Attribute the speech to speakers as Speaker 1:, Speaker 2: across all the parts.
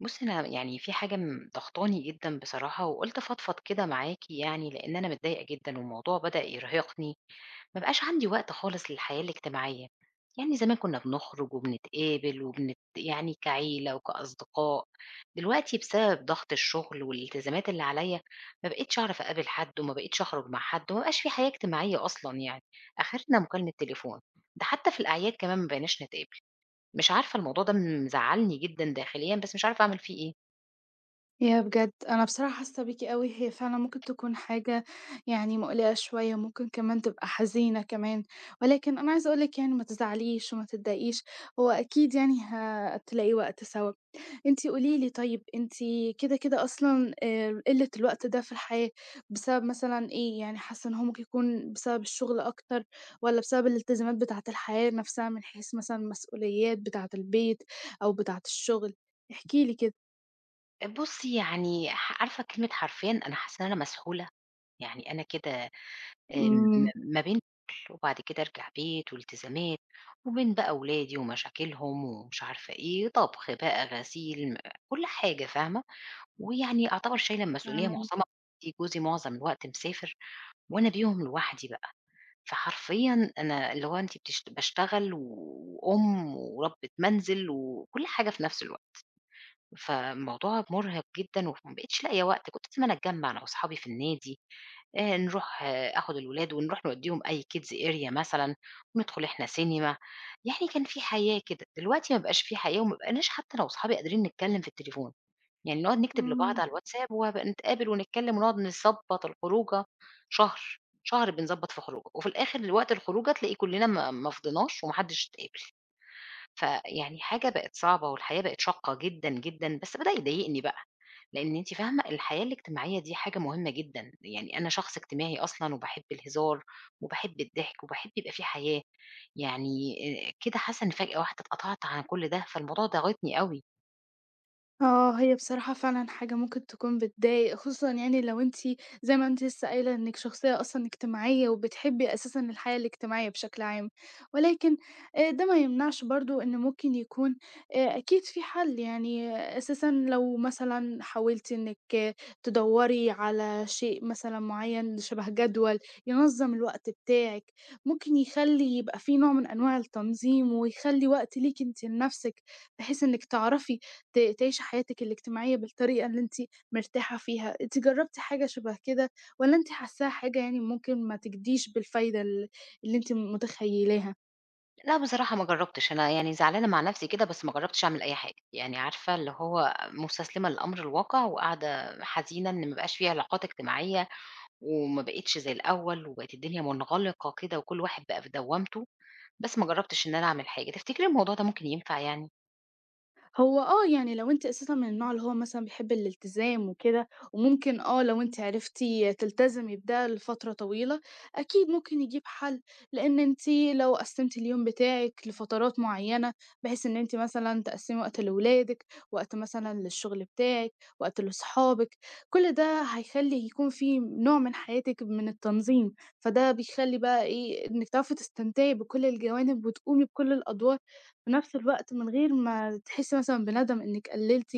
Speaker 1: بُصّي، أنا يعني في حاجة ضاغطاني جدًا بصراحة، وقُلت أفضفض كده معاكِ يعني، لإن أنا متضايقة جدًا والموضوع بدأ يرهقني، ما بقاش عندي وقت خالص للحياة الاجتماعية، يعني زمان كنا بنخرج وبنتقابل يعني كعيلة وكأصدقاء، دلوقتي بسبب ضغط الشغل والالتزامات اللي عليَّ ما بقيتش أعرف أقابل حد وما بقيتش أخرج مع حد، وما بقاش في حياة اجتماعية أصلًا يعني، آخرنا مكالمة تليفون، ده حتى في الأعياد كمان ما بقيناش نتقابل. مش عارفة الموضوع ده مزعّلني جدًا داخليًا، بس مش عارفة أعمل فيه إيه.
Speaker 2: ياه بجد! أنا بصراحة حاسة بيكِ أوي، هي فعلًا ممكن تكون حاجة يعني مقلقة شوية، ممكن كمان تبقى حزينة كمان، ولكن أنا عايزة أقول لِك يعني ما تزعليش وما تتضايقيش، هو أكيد يعني هتلاقي وقت سوا. أنتِ قولي لي طيب أنتِ كده أصلًا قِلّة الوقت ده في الحياة بسبب مثلًا إيه؟ يعني حاسة إن هو ممكن يكون بسبب الشغل أكتر والّا بسبب الالتزامات بتاعة الحياة نفسها من حيث مثلًا مسؤوليات بتاعة البيت أو بتاعة الشغل؟ احكي لي كده.
Speaker 1: بُصّي يعني عارفة كلمة حرفيًا أنا حاسة إن أنا مسحولة، يعني أنا كده آمم م
Speaker 2: إمم.
Speaker 1: ما بين شغل وبعد كده أرجع بيت والتزامات، وبين بقى ولادي ومشاكلهم ومش عارفة إيه، طبخ بقى، غسيل، كل حاجة فاهمة، ويعني أعتبر شايلة المسؤولية معظمها
Speaker 2: فاهماكِ،
Speaker 1: جوزي معظم الوقت مسافر، وأنا بيهم لوحدي بقى. فحرفيًا أنا اللي هو أنتِ باشتغل وأم وربة منزل وكل حاجة في نفس الوقت، فالموضوع مرهق جدًا وما بقيتش لاقية وقت، كنت زمان أتجمّع أنا وأصحابي في النادي، نروح آخُد الولاد ونروح نودّيهم أي kids area مثلًا، وندخل إحنا سينما، يعني كان في حياة كده، دلوقتي ما بقاش في حياة وما بقيناش حتى أنا وأصحابي قادرين نتكلّم في التليفون. يعني نقعد نكتب
Speaker 2: إمم.
Speaker 1: لبعض على الواتساب وهابقى نتقابل ونتكلم ونقعد نضبّط الخروجة شهر، شهر بنضبّط في خروجة، وفي الآخر وقت الخروجة تلاقي كلّنا ما فضيناش وما حدش اتقابل، فيعني حاجة بقت صعبة والحياة بقت شاقة جدًا، جدًا، بس بدأ يضايقني بقى، لإن أنتِ فاهمة الحياة الاجتماعية دي حاجة مهمة جدًا، يعني أنا شخص اجتماعي أصلًا وباحب الهزار وباحب الضحك وباحب يبقى في حياة، يعني كده حاسة إن فجأة واحدة اتقطعت عن كل ده، فالموضوع ضاغطني أوي.
Speaker 2: آه، هي بصراحة فعلًا حاجة ممكن تكون بتضايق، خصوصًا يعني لو أنتِ زي ما أنتِ لسه قايلة إنِّك شخصية أصلًا اجتماعية وبتحبي أساسًا الحياة الاجتماعية بشكل عام، ولكن ده ما يمنعش برضه إن ممكن يكون أكيد في حل، يعني آه، أساسًا لو مثلًا حاولتِ إنِّك آه، تدوّري على شيء مثلًا معيّن شبه جدول ينظّم الوقت بتاعِك، ممكن يخلّي يبقى في نوع من أنواع التنظيم ويخلّي وقت ليكِ أنتِ لنَفْسِك، بحيث إنِّك تعرفي تعيشي حياتِك الاجتماعية بالطريقة اللي أنتِ مرتاحة فيها، أنتِ جرّبتِ حاجة شبه كده والّا أنتِ حاساها حاجة يعني ممكن ما تجديش بالفايدة اللي أنتِ متخيلاها؟
Speaker 1: لأ بصراحة ما جرّبتش، أنا يعني زعلانة مع نَفْسي كده، بس ما جرّبتش أعمل أي حاجة، يعني عارفة اللي هو مُستسلمة لأمر الواقع وقاعدة حزينة إن ما بقاش في علاقات اجتماعية، وما بقيتش زي الأول، وبقت الدنيا منغلقة كده وكل واحد بقى في دوّامته، بس ما جرّبتش إن أنا أعمل حاجة، تفتكري الموضوع ده ممكن ينفع يعني؟
Speaker 2: هو آه، يعني لو أنتِ أساسًا من النوع اللي هو مثلًا بيحب الالتزام وكده، وممكن آه، لو أنتِ عرفتِ تلتزمي بده لفترة طويلة، أكيد ممكن يجيب حل، لإن أنتِ لو قسّمتِ اليوم بتاعِك لفترات معيّنة، بحيث إن أنتِ مثلًا تقسّمي وقت لولادِك، وقت مثلًا للشغل بتاعِك، وقت لصحابِك، كل ده هيخلّي يكون في نوع من حياتِك من التنظيم، فده بيخلّي بقى إيه، إنِّك تعرفي تستمتعي بكل الجوانب وتقومي بكل الأدوار في نفس الوقت من غير ما تحسّي مثلًا بندم إنِّك قلّلتِ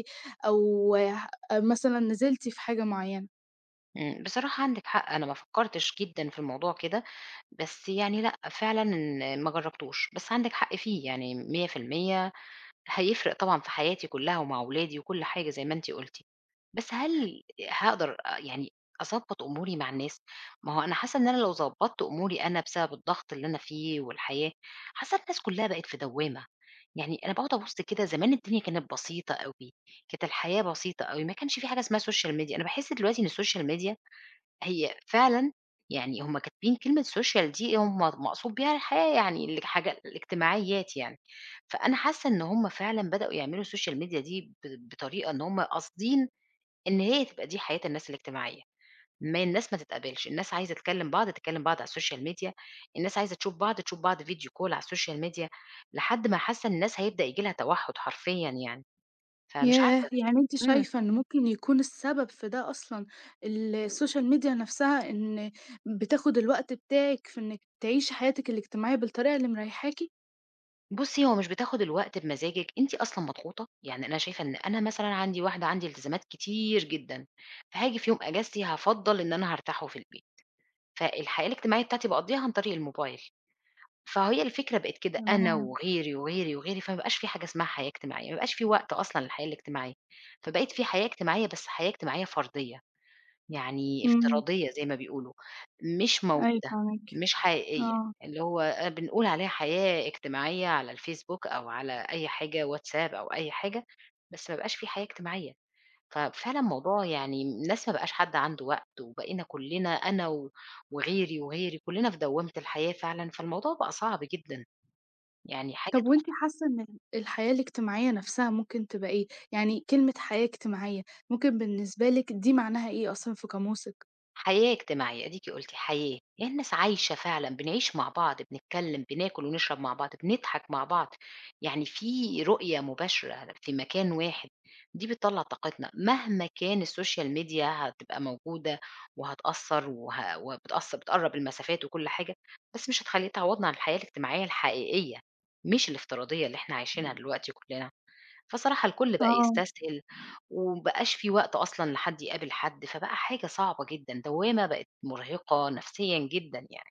Speaker 2: أو مثلًا نزلتِ في حاجة معيّنة.
Speaker 1: إمم، بصراحة عندِك حق، أنا ما فكّرتش جدًا في الموضوع كده، بس يعني لأ، فعلًا ما جرّبتوش، بس عندِك حق فيه يعني 100% هيفرق طبعًا في حياتي كلّها ومع ولادي وكل حاجة زي ما أنتِ قُلتِ، بس هل هاقدر يعني أضبّط أموري مع الناس؟ ما هو أنا حاسة إن أنا لو ضبّطت أموري أنا بسبب الضغط اللي أنا فيه والحياة، حاسة الناس كلّها بقت في دوّامة، يعني أنا باقعد أبُص كده زمان الدنيا كانت بسيطة أوي، كانت الحياة بسيطة أوي، ما كانش في حاجة اسمها social media أنا باحس دلوقتي إن الsocial media هي فعلًا يعني هم كاتبين كلمة social دي هم مقصود بيها الحياة يعني الحاجة الاجتماعيات يعني، فأنا حاسة إن هم فعلًا بدأوا يعملوا الsocial media دي بطريقة إن هم قاصدين إن هي تبقى دي حياة الناس الاجتماعية، ما الناس ما تتقابلش، الناس عايزة تكلم بعض تكلم بعض على الsocial media، الناس عايزة تشوف بعض تشوف بعض video call على الsocial media لحد ما حاسة إن الناس هيبدأ ييجي لها توحد حرفيًا يعني، فمش
Speaker 2: ياه!
Speaker 1: عارفة
Speaker 2: يعني أنتِ
Speaker 1: إمم.
Speaker 2: شايفة إن ممكن يكون السبب في ده أصلًا السوشيال ميديا نفسها إن بتاخُد الوقت بتاعِك في إنِّك تعيشي حياتِك الاجتماعية بالطريقة اللي مريّحاكِ؟
Speaker 1: بُصّي، هو مش بتاخد الوقت بمزاجِك، أنتِ أصلًا مضغوطة، يعني أنا شايفة إن أنا مثلًا عندي واحدة عندي التزامات كتير جدًا، فهاجي في يوم إجازتي هافضّل إن أنا هارتاحه في البيت، فالحياة الاجتماعية بتاعتي باقضّيها عن طريق الموبايل، فهي الفكرة بقت كده أنا
Speaker 2: تمام،
Speaker 1: وغيري، وغيري، وغيري، فما بقاش في حاجة اسمها حياة اجتماعية، ما بقاش في وقت أصلًا للحياة الاجتماعية، فبقيت في حياة اجتماعية بس حياة اجتماعية فردية. يعني
Speaker 2: إمم،
Speaker 1: افتراضية زي ما بيقولوا، مش
Speaker 2: أيوه
Speaker 1: موجودة،
Speaker 2: فاهماكِ،
Speaker 1: مش حقيقية،
Speaker 2: آه.
Speaker 1: اللي هو بنقول عليها حياة اجتماعية على الفيسبوك أو على أي حاجة واتساب أو أي حاجة، بس ما بقاش في حياة اجتماعية، ففعلًا موضوع يعني الناس ما بقاش حد عنده وقت، وبقينا كلنا أنا وغيري وغيري كلنا في دوّامة الحياة فعلًا، فالموضوع بقى صعب جدًا، يعني حاجة
Speaker 2: طَب وأنتِ حاسّة إن الحياة الاجتماعية نفسها ممكن تبقى إيه؟ يعني كلمة حياة اجتماعية ممكن بالنسبة لِك دي معناها إيه أصلًا في قاموسِك؟
Speaker 1: حياة اجتماعية، أديكِ قُلتِ حياة، هي الناس عايشة فعلًا، بنعيش مع بعض، بنتكلّم، بناكل ونشرب مع بعض، بنضحك مع بعض، يعني في رؤية مباشرة في مكان واحد، دي بتطلّع طاقتنا، مهما كان السوشيال ميديا هتبقى موجودة وهتأثّر وبتأثّر بتقرّب المسافات وكل حاجة، بس مش هتخلّي تعوّضنا عن الحياة الاجتماعية الحقيقية، مش الافتراضية اللي إحنا عايشينها دلوقتي كلّنا. فصراحة الكل بقى
Speaker 2: آه.
Speaker 1: يستسهل، وما بقاش في وقت أصلًا لحد يقابل حد، فبقى حاجة صعبة جدًا، دوّامة بقت مرهقة نفسيًا جدًا يعني.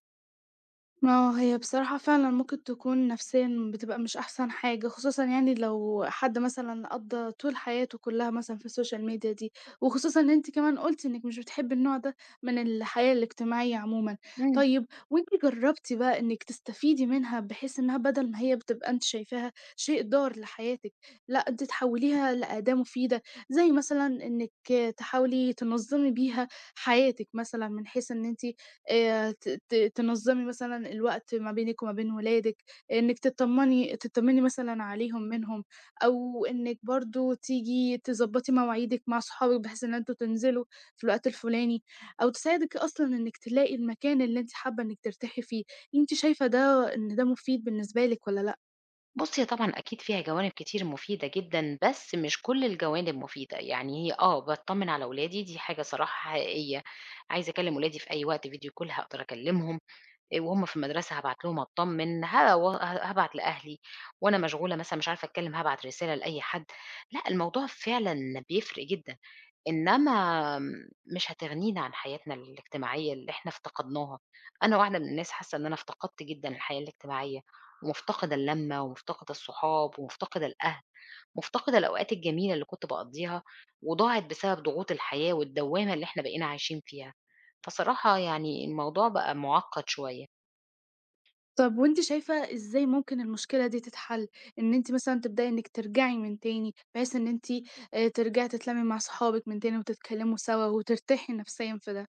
Speaker 2: آه، هي بصراحة فعلًا ممكن تكون نفسيًا بتبقى مش أحسن حاجة، خصوصًا يعني لو حد مثلًا قضّى طول حياته كلّها مثلًا في السوشيال ميديا دي، وخصوصًا إن أنتِ كمان قُلتِ إنِّك مش بتحبّي النوع ده من الحياة الاجتماعية عمومًا.
Speaker 1: إمم.
Speaker 2: طيب وأنتِ جرّبتِ بقى إنِّك تستفيدي منها بحيث إنها بدل ما هي بتبقى أنتِ شايفاها شيء ضار لحياتِك، لأ أنتِ تحوّليها لأداة مفيدة، زي مثلًا إنِّك تحاولي تنظّمي بيها حياتِك مثلًا من حيث إن أنتِ ت ت تنظّمي مثلًا الوقت ما بينِك وما بين ولادِك، إنِّك تطّمني مثلًا عليهم منهم، أو إنِّك برضه تيجي تضبّطي مواعيدِك مع صحابِك بحيث إن أنتم تنزلوا في الوقت الفُلاني، أو تساعدِك أصلًا إنِّك تلاقي المكان اللي أنتِ حابّة إنِّك ترتاحي فيه، أنتِ شايفة ده إن ده مفيد بالنسبة لِك والّا لأ؟
Speaker 1: بُصي هي طبعًا أكيد فيها جوانب كتير مفيدة جدًا، بس مش كل الجوانب مفيدة، يعني هي باتطمن على ولادي دي حاجة صراحة حقيقية، عايزة أكلم ولادي في أي وقت فيديو call هاقدر أكلمهم، وهُم في المدرسة هابعت لهم أتطمن، ه و ه هابعت لأهلي، وأنا مشغولة مثلًا مش عارفة أتكلم هابعت رسالة لأي حد، لأ الموضوع فعلًا بيفرق جدًا. إنما آمم مش هتغنينا عن حياتنا الاجتماعية اللي إحنا افتقدناها، أنا واحدة من الناس حاسة إن أنا افتقدت جدًا الحياة الاجتماعية، ومفتقدة اللمة ومفتقدة الصحاب ومفتقدة الأهل، مفتقدة الأوقات الجميلة اللي كنت باقضيها، وضاعت بسبب ضغوط الحياة والدوامة اللي إحنا بقينا عايشين فيها، فصراحة يعني الموضوع بقى مُعقّد شوية،
Speaker 2: طب وأنتِ شايفة إزاي ممكن المشكلة دي تتحل؟ إن أنتِ مثلًا تبدئي إنِّك ترجعي من تاني، بحيث إن أنتِ ترجعي تتلمّي مع صحابِك من تاني وتتكلّموا سوا وترتاحي نفسيًا في ده.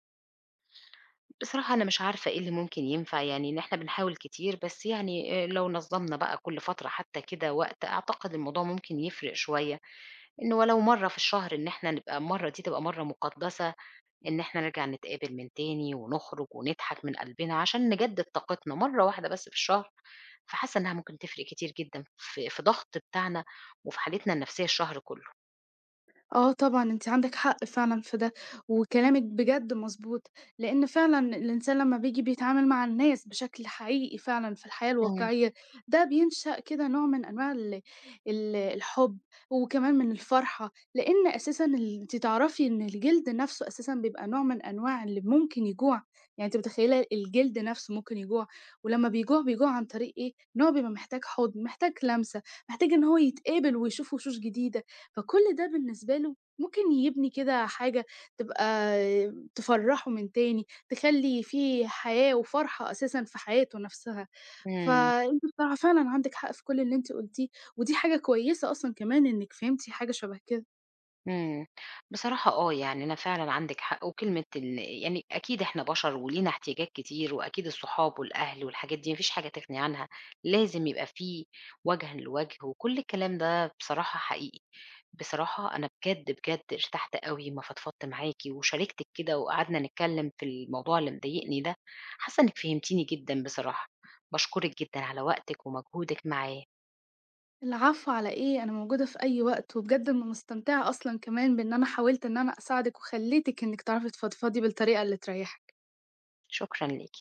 Speaker 1: بصراحة أنا مش عارفة إيه اللي ممكن ينفع يعني إن إحنا بنحاول كتير، بس يعني لو نظّمنا بقى كل فترة حتى كده وقت أعتقد الموضوع ممكن يفرق شوية. إن ولو مرّة في الشهر إن إحنا نبقى المرّة دي تبقى مرّة مُقدّسة، إن إحنا نرجع نتقابل من تاني ونخرج ونضحك من قلبنا عشان نجدد طاقتنا، مرّة واحدة بس في الشهر، فحاسة إنها ممكن تفرق كتير جدًا في ضغط بتاعنا وفي حالتنا النفسية الشهر كلّه.
Speaker 2: آه طبعًا، أنتِ عندِك حق فعلًا في ده، وكلامِك بجد مضبوط، لإن فعلًا الإنسان لمّا بييجي بيتعامل مع الناس بشكل حقيقي فعلًا في الحياة
Speaker 1: إمم،
Speaker 2: الواقعية، ده بينشأ كده نوع من أنواع ال الحُب وكمان من الفرحة، لإن أساسًا ال أنتِ تعرفي إن الجلد نَفْسه أساسًا بيبقى نوع من أنواع اللي ممكن يجوع، يعني أنتِ متخيّلة الجلد نَفْسه ممكن يجوع، ولمّا بيجوع بيجوع عن طريق إيه، إن هو بيبقى محتاج حُضن، محتاج لمسة، محتاج إن هو يتقبل ويشوف وشوش جديدة. فكل ده بالنسبة له ممكن يبني كده حاجة تبقى تفرّحه من تاني، تخلّي في حياة وفرحة أساسًا في حياته نفسها.
Speaker 1: إمم.
Speaker 2: فأنتِ بصراحة فعلًا عندِك حق في كل اللي أنتِ قُلتيه، ودي حاجة كويسة أصلًا كمان إنِّك فهمتِ حاجة شبه كده.
Speaker 1: إمم. بصراحة آه، يعني أنا فعلًا عندِك حق، وكلمة يعني أكيد إحنا بشر ولينا احتياجات كتير، وأكيد الصحاب والأهل والحاجات دي ما فيش حاجة تغني عنها، لازم يبقى في وجهًا لوجه وكل الكلام ده بصراحة حقيقي. بصراحة أنا بجد، بجد ارتحت أوي أمّا فضفضت معاكِ وشاركتِك كده وقعدنا نتكلم في الموضوع اللي مضايقني ده، حاسة إنِّك فهمتيني جدًا بصراحة. باشكرِك جدًا على وقتِك ومجهودِك معايا،
Speaker 2: العفو على إيه، أنا موجودة في أي وقت، وبجد أنا مستمتعة أصلًا كمان بإن أنا حاولت إن أنا أساعدِك وخلّيتِك إنِّك تعرفي تفضفضي بالطريقة اللي تريّحِك.
Speaker 1: شكرًا ليكِ.